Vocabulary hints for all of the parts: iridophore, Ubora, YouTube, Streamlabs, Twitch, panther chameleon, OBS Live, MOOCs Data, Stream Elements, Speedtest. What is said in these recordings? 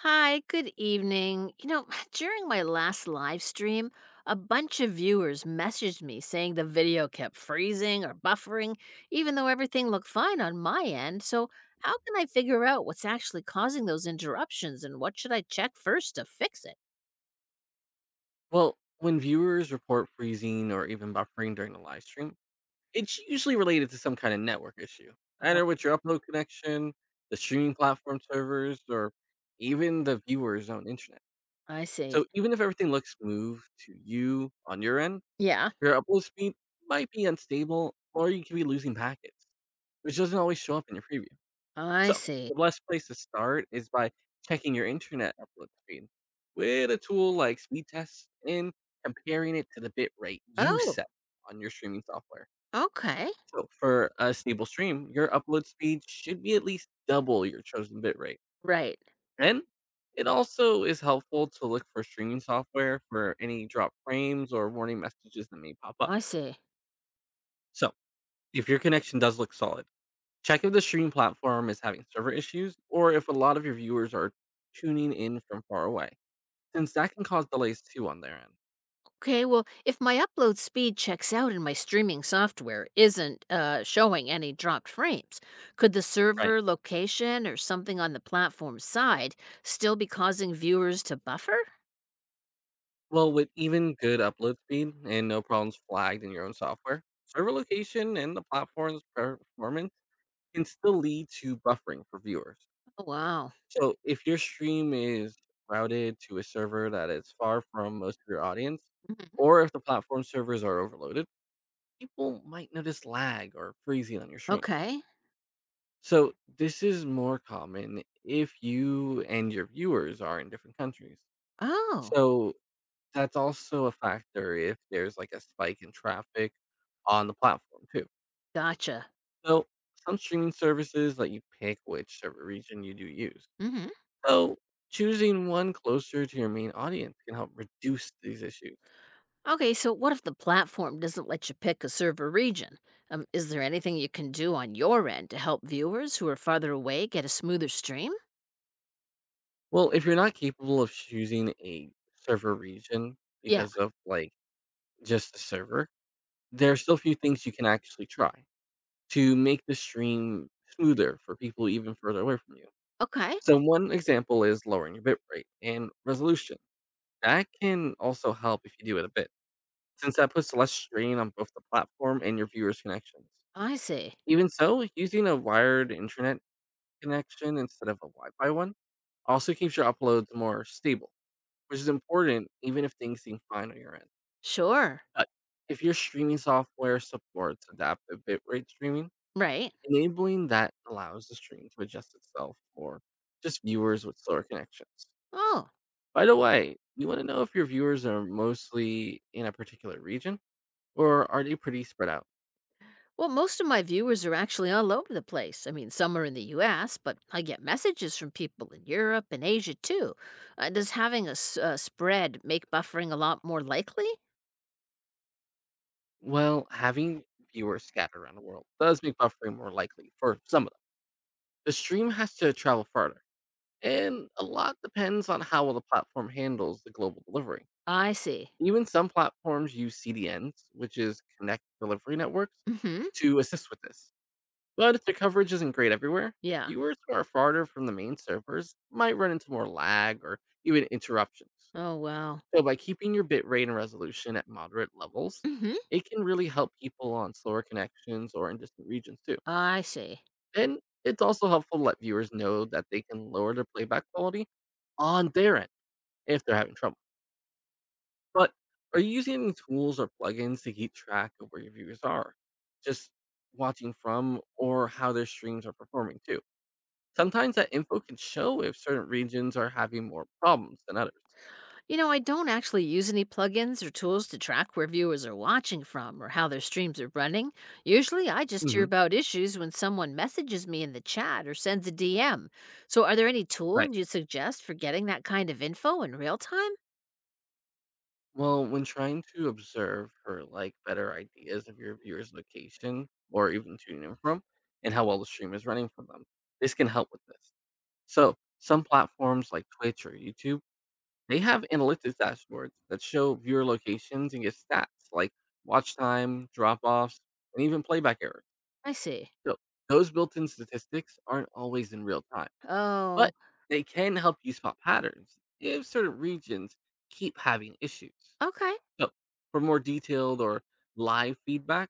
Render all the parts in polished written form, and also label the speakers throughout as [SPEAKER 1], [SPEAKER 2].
[SPEAKER 1] Hi, good evening. During my last live stream, a bunch of viewers messaged me saying the video kept freezing or buffering, even though everything looked fine on my end. So, how can I figure out what's actually causing those interruptions and what should I check first to fix it?
[SPEAKER 2] Well, when viewers report freezing or even buffering during a live stream, it's usually related to some kind of network issue,
[SPEAKER 1] Oh,
[SPEAKER 2] either with your upload connection, the streaming platform servers, or even the viewer's own internet.
[SPEAKER 1] I see.
[SPEAKER 2] So even if everything looks smooth to you on your end,
[SPEAKER 1] Yeah,
[SPEAKER 2] your upload speed might be unstable or you could be losing packets, which doesn't always show up in your preview.
[SPEAKER 1] I
[SPEAKER 2] So,
[SPEAKER 1] see.
[SPEAKER 2] the best place to start is by checking your internet upload speed with a tool like Speedtest and comparing it to the bit rate you
[SPEAKER 1] Oh,
[SPEAKER 2] set on your streaming software.
[SPEAKER 1] okay.
[SPEAKER 2] So, for a stable stream, your upload speed should be at least double your chosen bit rate.
[SPEAKER 1] Right.
[SPEAKER 2] And it also is helpful to look for streaming software for any drop frames or warning messages that may pop up.
[SPEAKER 1] I see.
[SPEAKER 2] So, if your connection does look solid, check if the streaming platform is having server issues or if a lot of your viewers are tuning in from far away, since that can cause delays too on their end.
[SPEAKER 1] Okay, well, if my upload speed checks out and my streaming software isn't showing any dropped frames, could the
[SPEAKER 2] Right.
[SPEAKER 1] server location or something on the platform side still be causing viewers to buffer?
[SPEAKER 2] Well, with even good upload speed and no problems flagged in your own software, server location and the platform's performance can still lead to buffering for viewers.
[SPEAKER 1] Oh, wow.
[SPEAKER 2] So if your stream is routed to a server that is far from most of your audience,
[SPEAKER 1] Mhm.
[SPEAKER 2] or if the platform servers are overloaded, people might notice lag or freezing on your streams.
[SPEAKER 1] Okay.
[SPEAKER 2] So this is more common if you and your viewers are in different countries.
[SPEAKER 1] Oh,
[SPEAKER 2] So that's also a factor if there's like a spike in traffic on the platform too.
[SPEAKER 1] gotcha.
[SPEAKER 2] So some streaming services let you pick which server region you do use.
[SPEAKER 1] Hmm.
[SPEAKER 2] So choosing one closer to your main audience can help reduce these issues.
[SPEAKER 1] Okay, so what if the platform doesn't let you pick a server region? Is there anything you can do on your end to help viewers who are farther away get a smoother stream?
[SPEAKER 2] Well, if you're not capable of choosing a server region
[SPEAKER 1] Yeah.
[SPEAKER 2] because of like just the server, there are still a few things you can actually try to make the stream smoother for people even further away from you.
[SPEAKER 1] Okay.
[SPEAKER 2] So one example is lowering your bitrate and resolution. That can also help if you do it a bit, since that puts less strain on both the platform and your viewers' connections.
[SPEAKER 1] I see.
[SPEAKER 2] Even so, using a wired internet connection instead of a Wi-Fi one also keeps your uploads more stable, which is important even if things seem fine on your end.
[SPEAKER 1] Sure.
[SPEAKER 2] But if your streaming software supports adaptive bitrate streaming,
[SPEAKER 1] Right.
[SPEAKER 2] enabling that allows the stream to adjust itself for just viewers with slower connections.
[SPEAKER 1] Oh,
[SPEAKER 2] By the way, you want to know if your viewers are mostly in a particular region, or are they pretty spread out?
[SPEAKER 1] well, most of my viewers are actually all over the place. I mean, some are in the US, but I get messages from people in Europe and Asia too. Does having a spread make buffering a lot more likely?
[SPEAKER 2] Well, having viewers scattered around the world does make buffering more likely for some of them. The stream has to travel farther, and a lot depends on how well the platform handles the global delivery.
[SPEAKER 1] I see.
[SPEAKER 2] Even some platforms use CDNs, which is Connect Delivery Networks,
[SPEAKER 1] Mm hmm.
[SPEAKER 2] to assist with this. But if the coverage isn't great everywhere,
[SPEAKER 1] Yeah.
[SPEAKER 2] viewers who are farther from the main servers might run into more lag or even interruptions.
[SPEAKER 1] Oh, wow.
[SPEAKER 2] So by keeping your bitrate and resolution at moderate levels,
[SPEAKER 1] Mm hmm.
[SPEAKER 2] it can really help people on slower connections or in distant regions too.
[SPEAKER 1] I see.
[SPEAKER 2] And it's also helpful to let viewers know that they can lower their playback quality on their end if they're having trouble. But are you using any tools or plugins to keep track of where your viewers are just watching from, or how their streams are performing too? Sometimes that info can show if certain regions are having more problems than others.
[SPEAKER 1] I don't actually use any plugins or tools to track where viewers are watching from or how their streams are running. Usually, I just hear
[SPEAKER 2] Hmm.
[SPEAKER 1] about issues when someone messages me in the chat or sends a DM. So, are there any
[SPEAKER 2] Right.
[SPEAKER 1] tools you suggest for getting that kind of info in real time?
[SPEAKER 2] Well, when trying to observe for like better ideas of your viewer's location or even tuning in from, and how well the stream is running for them, this can help with this. So, some platforms like Twitch or YouTube, they have analytics dashboards that show viewer locations and get stats like watch time, drop offs, and even playback errors.
[SPEAKER 1] I see.
[SPEAKER 2] So, those built in statistics aren't always in real time,
[SPEAKER 1] Oh,
[SPEAKER 2] but they can help you spot patterns if certain regions keep having issues.
[SPEAKER 1] okay.
[SPEAKER 2] So, for more detailed or live feedback,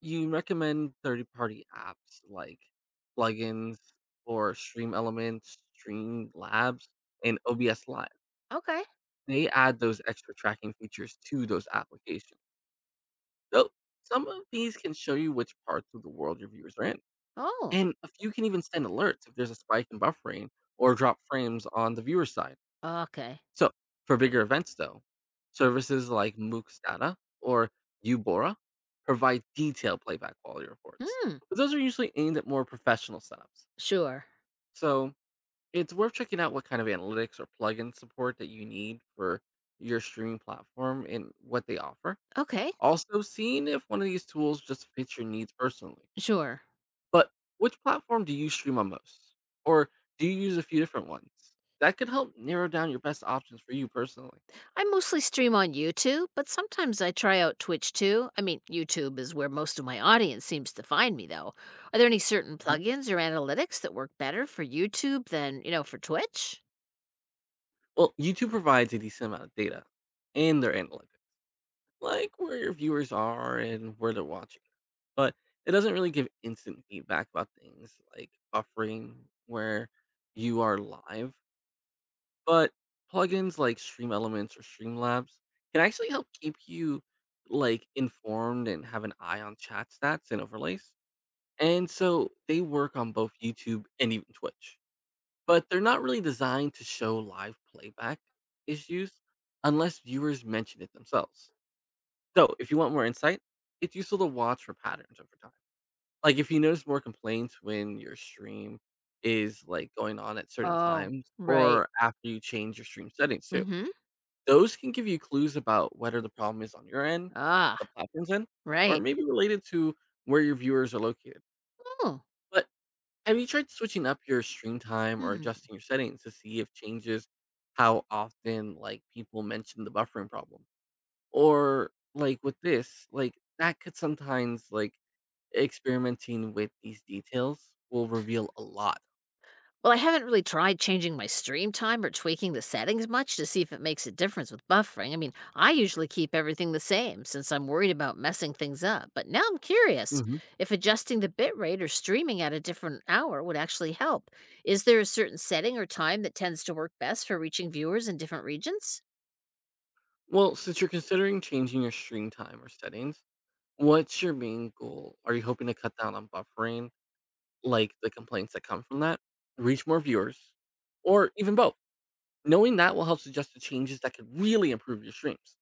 [SPEAKER 2] you recommend third party apps like plugins or Stream Elements, Stream Labs, and OBS Live.
[SPEAKER 1] Okay.
[SPEAKER 2] They add those extra tracking features to those applications. So, some of these can show you which parts of the world your viewers are in.
[SPEAKER 1] Oh,
[SPEAKER 2] And a few can even send alerts if there's a spike in buffering or drop frames on the viewer side.
[SPEAKER 1] okay.
[SPEAKER 2] So, for bigger events, though, services like MOOCs Data or Ubora provide detailed playback quality reports.
[SPEAKER 1] Hmm.
[SPEAKER 2] But those are usually aimed at more professional setups.
[SPEAKER 1] Sure.
[SPEAKER 2] So, it's worth checking out what kind of analytics or plugin support that you need for your streaming platform and what they offer.
[SPEAKER 1] Okay.
[SPEAKER 2] Also, seeing if one of these tools just fits your needs personally.
[SPEAKER 1] Sure.
[SPEAKER 2] But which platform do you stream on most? Or do you use a few different ones? That could help narrow down your best options for you personally.
[SPEAKER 1] I mostly stream on YouTube, but sometimes I try out Twitch too. I mean, YouTube is where most of my audience seems to find me, though. Are there any certain plugins or analytics that work better for YouTube than, for Twitch?
[SPEAKER 2] Well, YouTube provides a decent amount of data and their analytics, like where your viewers are and where they're watching. But it doesn't really give instant feedback about things like buffering where you are live. But plugins like Stream Elements or Streamlabs can actually help keep you like informed and have an eye on chat stats and overlays. And so they work on both YouTube and even Twitch, but they're not really designed to show live playback issues unless viewers mention it themselves. So, if you want more insight, it's useful to watch for patterns over time. Like if you notice more complaints when your stream is like going on at certain
[SPEAKER 1] Oh,
[SPEAKER 2] times,
[SPEAKER 1] right.
[SPEAKER 2] or after you change your stream settings
[SPEAKER 1] Mm
[SPEAKER 2] too.
[SPEAKER 1] hmm.
[SPEAKER 2] Those can give you clues about whether the problem is on your end,
[SPEAKER 1] Ah,
[SPEAKER 2] the platform's end, or
[SPEAKER 1] right.
[SPEAKER 2] maybe related to where your viewers are located.
[SPEAKER 1] Oh,
[SPEAKER 2] But have you tried switching up your stream time or
[SPEAKER 1] hmm.
[SPEAKER 2] adjusting your settings to see if changes how often like people mention the buffering problem? Or like with this, like that could sometimes like experimenting with these details will reveal a lot.
[SPEAKER 1] Well, I haven't really tried changing my stream time or tweaking the settings much to see if it makes a difference with buffering. I mean, I usually keep everything the same since I'm worried about messing things up. But now I'm curious
[SPEAKER 2] Hmm.
[SPEAKER 1] if adjusting the bitrate or streaming at a different hour would actually help. Is there a certain setting or time that tends to work best for reaching viewers in different regions?
[SPEAKER 2] Well, since you're considering changing your stream time or settings, what's your main goal? Are you hoping to cut down on buffering, like the complaints that come from that, reach more viewers, or even both? Knowing that will help suggest the changes that could really improve your streams.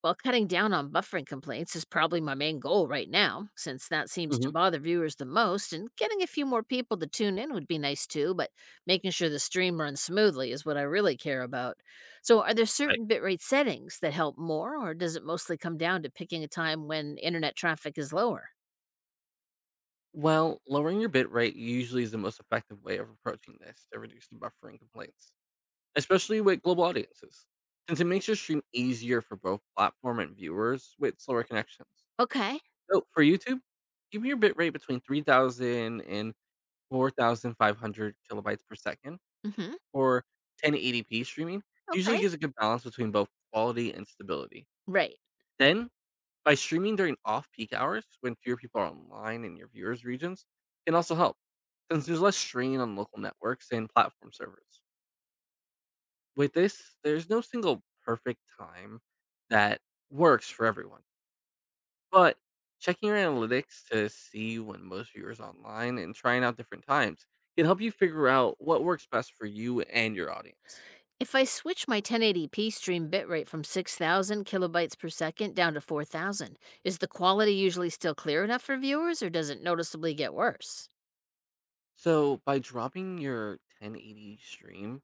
[SPEAKER 1] While cutting down on buffering complaints is probably my main goal right now, since that seems to
[SPEAKER 2] Hmm.
[SPEAKER 1] bother viewers the most, and getting a few more people to tune in would be nice too, but making sure the stream runs smoothly is what I really care about. So, are there
[SPEAKER 2] Right.
[SPEAKER 1] certain bitrate settings that help more, or does it mostly come down to picking a time when internet traffic is lower?
[SPEAKER 2] Well, lowering your bit rate usually is the most effective way of approaching this to reduce the buffering complaints, especially with global audiences, since it makes your stream easier for both platform and viewers with slower connections.
[SPEAKER 1] Okay.
[SPEAKER 2] So for YouTube, keep your bit rate between 3,000 and 4,500 kilobytes per second
[SPEAKER 1] Mhm.
[SPEAKER 2] for 1080p streaming usually
[SPEAKER 1] Okay.
[SPEAKER 2] gives a good balance between both quality and stability.
[SPEAKER 1] Right.
[SPEAKER 2] Then by streaming during off peak hours when fewer people are online in your viewers' regions can also help, since there's less strain on local networks and platform servers. With this, there's no single perfect time that works for everyone, but checking your analytics to see when most viewers are online and trying out different times can help you figure out what works best for you and your audience.
[SPEAKER 1] If I switch my 1080p stream bitrate from 6,000 kilobytes per second down to 4,000, is the quality usually still clear enough for viewers or does it noticeably get worse?
[SPEAKER 2] So, by dropping your 1080 stream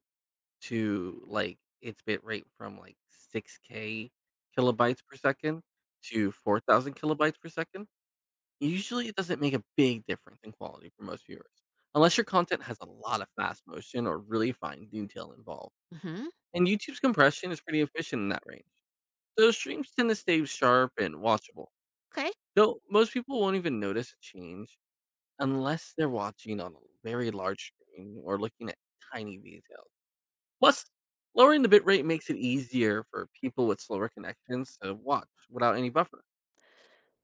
[SPEAKER 2] to like its bit rate from like 6K kilobytes per second to 4,000 kilobytes per second, usually it doesn't make a big difference in quality for most viewers, unless your content has a lot of fast motion or really fine detail involved.
[SPEAKER 1] Hmm.
[SPEAKER 2] And YouTube's compression is pretty efficient in that range, so streams tend to stay sharp and watchable.
[SPEAKER 1] Okay.
[SPEAKER 2] Though most people won't even notice a change unless they're watching on a very large screen or looking at tiny details. Plus, lowering the bitrate makes it easier for people with slower connections to watch without any buffer.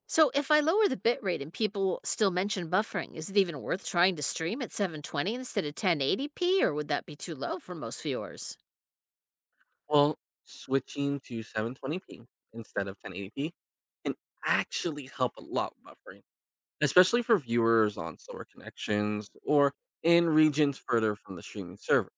[SPEAKER 1] So if I lower the bitrate and people still mention buffering, is it even worth trying to stream at 720 instead of 1080p or would that be too low for most viewers?
[SPEAKER 2] Well, switching to 720p instead of 1080p can actually help a lot with buffering, especially for viewers on slower connections or in regions further from the streaming server.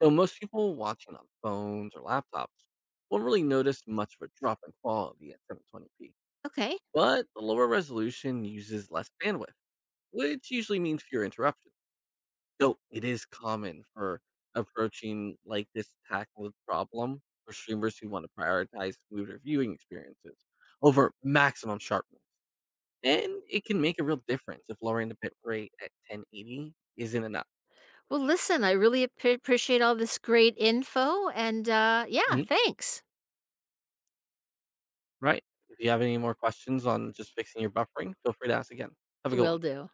[SPEAKER 2] Though most people watching on phones or laptops won't really notice much of a drop in quality at 720p,
[SPEAKER 1] Okay.
[SPEAKER 2] but the lower resolution uses less bandwidth, which usually means fewer interruptions. So, it is common for approaching, like, this tackle problem for streamers who want to prioritize smoother viewing experiences over maximum sharpness, and it can make a real difference if lowering the bit rate at 1080 isn't enough.
[SPEAKER 1] Well, listen, I really appreciate all this great info and yeah,
[SPEAKER 2] Mhm,
[SPEAKER 1] thanks.
[SPEAKER 2] right. If you have any more questions on just fixing your buffering, feel free to ask again. Have a good
[SPEAKER 1] Will
[SPEAKER 2] one.
[SPEAKER 1] do.